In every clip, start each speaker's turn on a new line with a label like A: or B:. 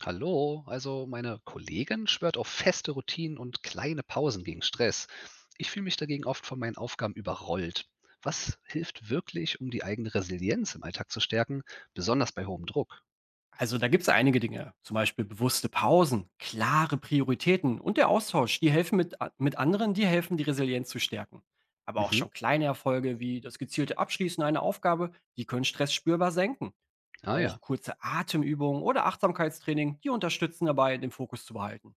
A: Hallo, also meine Kollegin schwört auf feste Routinen und kleine Pausen gegen Stress. Ich fühle mich dagegen oft von meinen Aufgaben überrollt. Was hilft wirklich, um die eigene Resilienz im Alltag zu stärken, besonders bei hohem Druck?
B: Also da gibt es einige Dinge, zum Beispiel bewusste Pausen, klare Prioritäten und der Austausch, die helfen mit anderen, die helfen, die Resilienz zu stärken. Aber auch
A: Mhm.
B: schon kleine Erfolge wie das gezielte Abschließen einer Aufgabe, die können Stress spürbar senken.
A: Ah
B: Auch
A: ja.
B: kurze Atemübungen oder Achtsamkeitstraining, die unterstützen dabei, den Fokus zu behalten.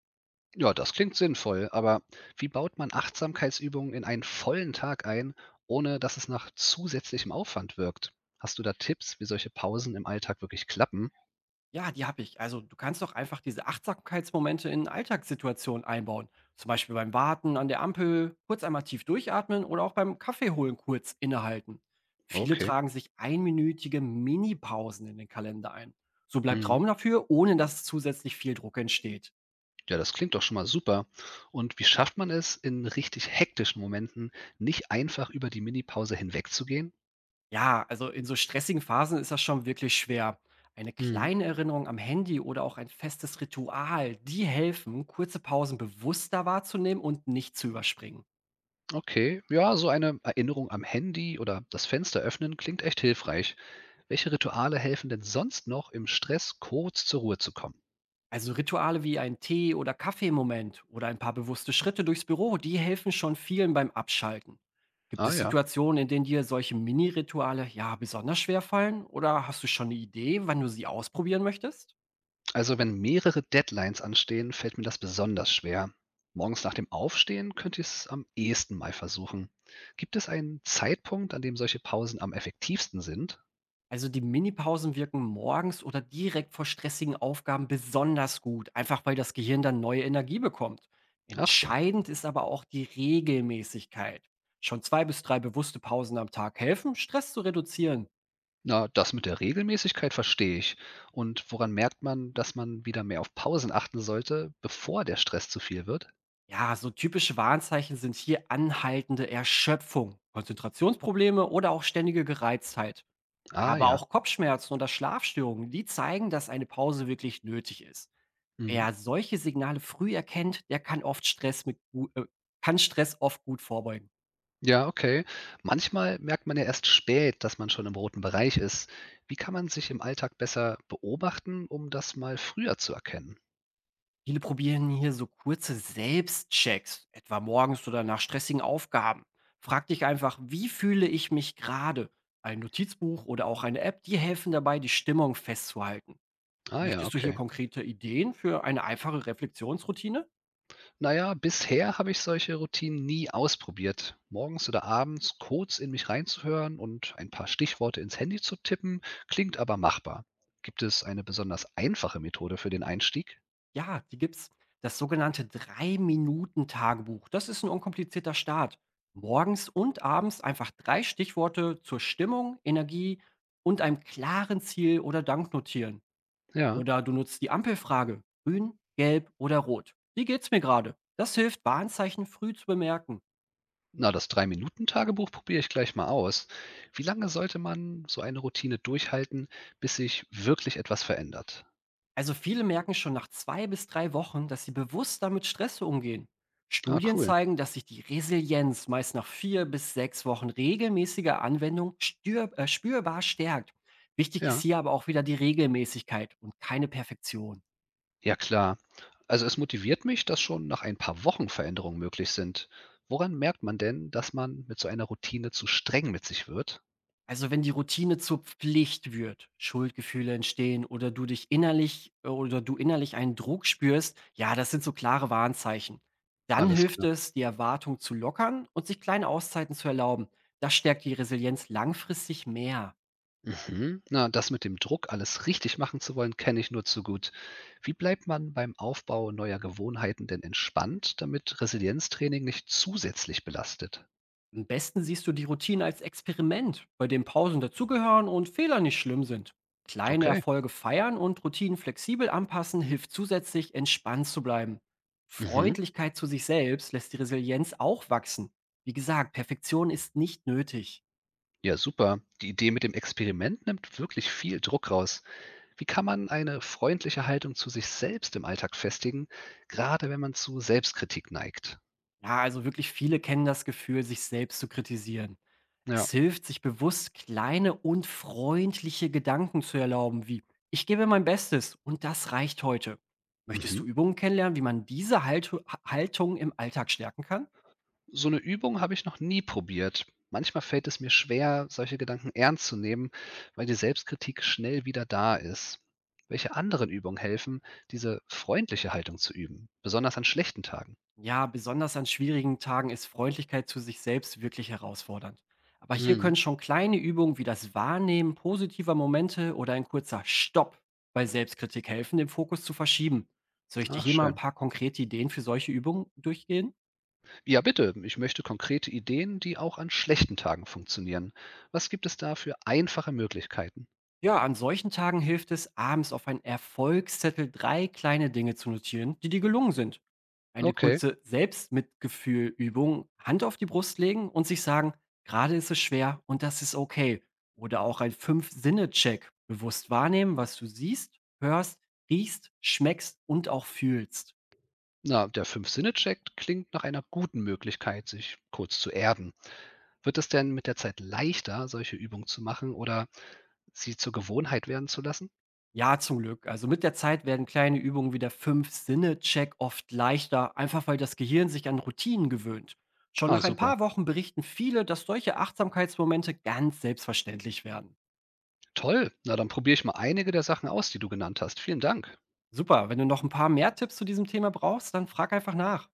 A: Ja, das klingt sinnvoll, aber wie baut man Achtsamkeitsübungen in einen vollen Tag ein, ohne dass es nach zusätzlichem Aufwand wirkt? Hast du da Tipps, wie solche Pausen im Alltag wirklich klappen?
B: Ja, die habe ich. Also du kannst doch einfach diese Achtsamkeitsmomente in Alltagssituationen einbauen. Zum Beispiel beim Warten an der Ampel, kurz einmal tief durchatmen oder auch beim Kaffee holen kurz innehalten. Viele
A: Okay.
B: tragen sich einminütige Mini-Pausen in den Kalender ein. So bleibt
A: Mhm.
B: Raum dafür, ohne dass zusätzlich viel Druck entsteht.
A: Ja, das klingt doch schon mal super. Und wie schafft man es, in richtig hektischen Momenten nicht einfach über die Minipause hinwegzugehen?
B: Ja, also in so stressigen Phasen ist das schon wirklich schwer. Eine
A: Hm,
B: kleine Erinnerung am Handy oder auch ein festes Ritual, die helfen, kurze Pausen bewusster wahrzunehmen und nicht zu überspringen.
A: okay, ja, so eine Erinnerung am Handy oder das Fenster öffnen klingt echt hilfreich. Welche Rituale helfen denn sonst noch, im Stress kurz zur Ruhe zu kommen?
B: Also Rituale wie ein Tee- oder Kaffeemoment oder ein paar bewusste Schritte durchs Büro, die helfen schon vielen beim Abschalten. Gibt
A: Ah
B: es
A: ja,
B: Situationen, in denen dir solche Mini-Rituale ja besonders schwer fallen? Oder hast du schon eine Idee, wann du sie ausprobieren möchtest?
A: also wenn mehrere Deadlines anstehen, fällt mir das besonders schwer. Morgens nach dem Aufstehen könnte ich es am ehesten mal versuchen. Gibt es einen Zeitpunkt, an dem solche Pausen am effektivsten sind?
B: Also die Mini-Pausen wirken morgens oder direkt vor stressigen Aufgaben besonders gut, einfach weil das Gehirn dann neue Energie bekommt.
A: Ach so.
B: Entscheidend ist aber auch die Regelmäßigkeit. Schon zwei bis drei bewusste Pausen am Tag helfen, Stress zu reduzieren.
A: Na, das mit der Regelmäßigkeit verstehe ich. Und woran merkt man, dass man wieder mehr auf Pausen achten sollte, bevor der Stress zu viel wird?
B: Ja, so typische Warnzeichen sind hier anhaltende Erschöpfung, Konzentrationsprobleme oder auch ständige Gereiztheit.
A: Ah
B: Aber
A: ja.
B: auch Kopfschmerzen oder Schlafstörungen, die zeigen, dass eine Pause wirklich nötig ist.
A: Mhm.
B: Wer solche Signale früh erkennt, der kann oft kann Stress oft gut vorbeugen.
A: Ja, okay. Manchmal merkt man ja erst spät, dass man schon im roten Bereich ist. Wie kann man sich im Alltag besser beobachten, um das mal früher zu erkennen?
B: Viele probieren hier so kurze Selbstchecks, etwa morgens oder nach stressigen Aufgaben. Frag dich einfach, wie fühle ich mich gerade? Ein Notizbuch oder auch eine App, die helfen dabei, die Stimmung festzuhalten.
A: Ah ja,
B: Möchtest du hier
A: okay.
B: konkrete Ideen für eine einfache Reflexionsroutine?
A: Na ja, bisher habe ich solche Routinen nie ausprobiert. Morgens oder abends kurz in mich reinzuhören und ein paar Stichworte ins Handy zu tippen, klingt aber machbar. Gibt es eine besonders einfache Methode für den Einstieg?
B: Ja, die gibt's. Das sogenannte drei minuten tagebuch. Das ist ein unkomplizierter Start. Morgens und abends einfach drei Stichworte zur Stimmung, Energie und einem klaren Ziel oder Dank notieren.
A: Ja.
B: Oder du nutzt die Ampelfrage. Grün, gelb oder rot. Wie geht's mir gerade? Das hilft, Warnzeichen früh zu bemerken.
A: Na, das Drei-Minuten-Tagebuch probiere ich gleich mal aus. Wie lange sollte man so eine Routine durchhalten, bis sich wirklich etwas verändert?
B: Also viele merken schon nach 2 bis 3 Wochen, dass sie bewusster mit Stress umgehen.
A: Ah,
B: Studien
A: cool.
B: zeigen, dass sich die Resilienz meist nach 4 bis 6 Wochen regelmäßiger Anwendung spürbar stärkt. Wichtig ist
A: Ja.
B: hier aber auch wieder die Regelmäßigkeit und keine Perfektion.
A: Ja klar. Also es motiviert mich, dass schon nach ein paar Wochen Veränderungen möglich sind. Woran merkt man denn, dass man mit so einer Routine zu streng mit sich wird?
B: Also wenn die Routine zur Pflicht wird, Schuldgefühle entstehen oder du innerlich einen Druck spürst, ja, das sind so klare Warnzeichen. Dann
A: Alles
B: hilft
A: klar.
B: es, die Erwartung zu lockern und sich kleine Auszeiten zu erlauben. Das stärkt die Resilienz langfristig mehr.
A: Mhm. Na, das mit dem Druck, alles richtig machen zu wollen, kenne ich nur zu gut. Wie bleibt man beim Aufbau neuer Gewohnheiten denn entspannt, damit Resilienztraining nicht zusätzlich belastet?
B: Am besten siehst du die Routine als Experiment, bei dem Pausen dazugehören und Fehler nicht schlimm sind. Kleine
A: Okay.
B: Erfolge feiern und Routinen flexibel anpassen hilft zusätzlich, entspannt zu bleiben.
A: Mhm.
B: Freundlichkeit zu sich selbst lässt die Resilienz auch wachsen. Wie gesagt, Perfektion ist nicht nötig.
A: Ja, super. Die Idee mit dem Experiment nimmt wirklich viel Druck raus. Wie kann man eine freundliche Haltung zu sich selbst im Alltag festigen, gerade wenn man zu Selbstkritik neigt?
B: Ja, also wirklich viele kennen das Gefühl, sich selbst zu kritisieren.
A: Ja.
B: Es hilft, sich bewusst kleine und freundliche Gedanken zu erlauben, wie ich gebe mein Bestes und das reicht heute. Möchtest
A: Mhm.
B: du Übungen kennenlernen, wie man diese Haltung im Alltag stärken kann?
A: So eine Übung habe ich noch nie probiert. Manchmal fällt es mir schwer, solche Gedanken ernst zu nehmen, weil die Selbstkritik schnell wieder da ist. Welche anderen Übungen helfen, diese freundliche Haltung zu üben, besonders an schlechten Tagen?
B: Ja, besonders an schwierigen Tagen ist Freundlichkeit zu sich selbst wirklich herausfordernd. Aber hier
A: Mhm.
B: können schon kleine Übungen wie das Wahrnehmen positiver Momente oder ein kurzer Stopp bei Selbstkritik helfen, den Fokus zu verschieben. Soll ich dir
A: Ach,
B: hier mal ein
A: schön.
B: paar konkrete Ideen für solche Übungen durchgehen?
A: Ja, bitte. Ich möchte konkrete Ideen, die auch an schlechten Tagen funktionieren. Was gibt es da für einfache Möglichkeiten?
B: Ja, an solchen Tagen hilft es, abends auf einen Erfolgszettel drei kleine Dinge zu notieren, die dir gelungen sind. Eine
A: Okay.
B: kurze Selbstmitgefühlübung, Hand auf die Brust legen und sich sagen, gerade ist es schwer und das ist okay. Oder auch ein Fünf-Sinne-Check. Bewusst wahrnehmen, was du siehst, hörst, riechst, schmeckst und auch fühlst.
A: Na, der Fünf-Sinne-Check klingt nach einer guten Möglichkeit, sich kurz zu erden. Wird es denn mit der Zeit leichter, solche Übungen zu machen oder sie zur Gewohnheit werden zu lassen?
B: Ja, zum Glück. Also mit der Zeit werden kleine Übungen wie der Fünf-Sinne-Check oft leichter, einfach weil das Gehirn sich an Routinen gewöhnt. Schon
A: Ah,
B: nach ein
A: super.
B: paar Wochen berichten viele, dass solche Achtsamkeitsmomente ganz selbstverständlich werden.
A: Toll. Na, dann probiere ich mal einige der Sachen aus, die du genannt hast. Vielen Dank.
B: Super, wenn du noch ein paar mehr Tipps zu diesem Thema brauchst, dann frag einfach nach.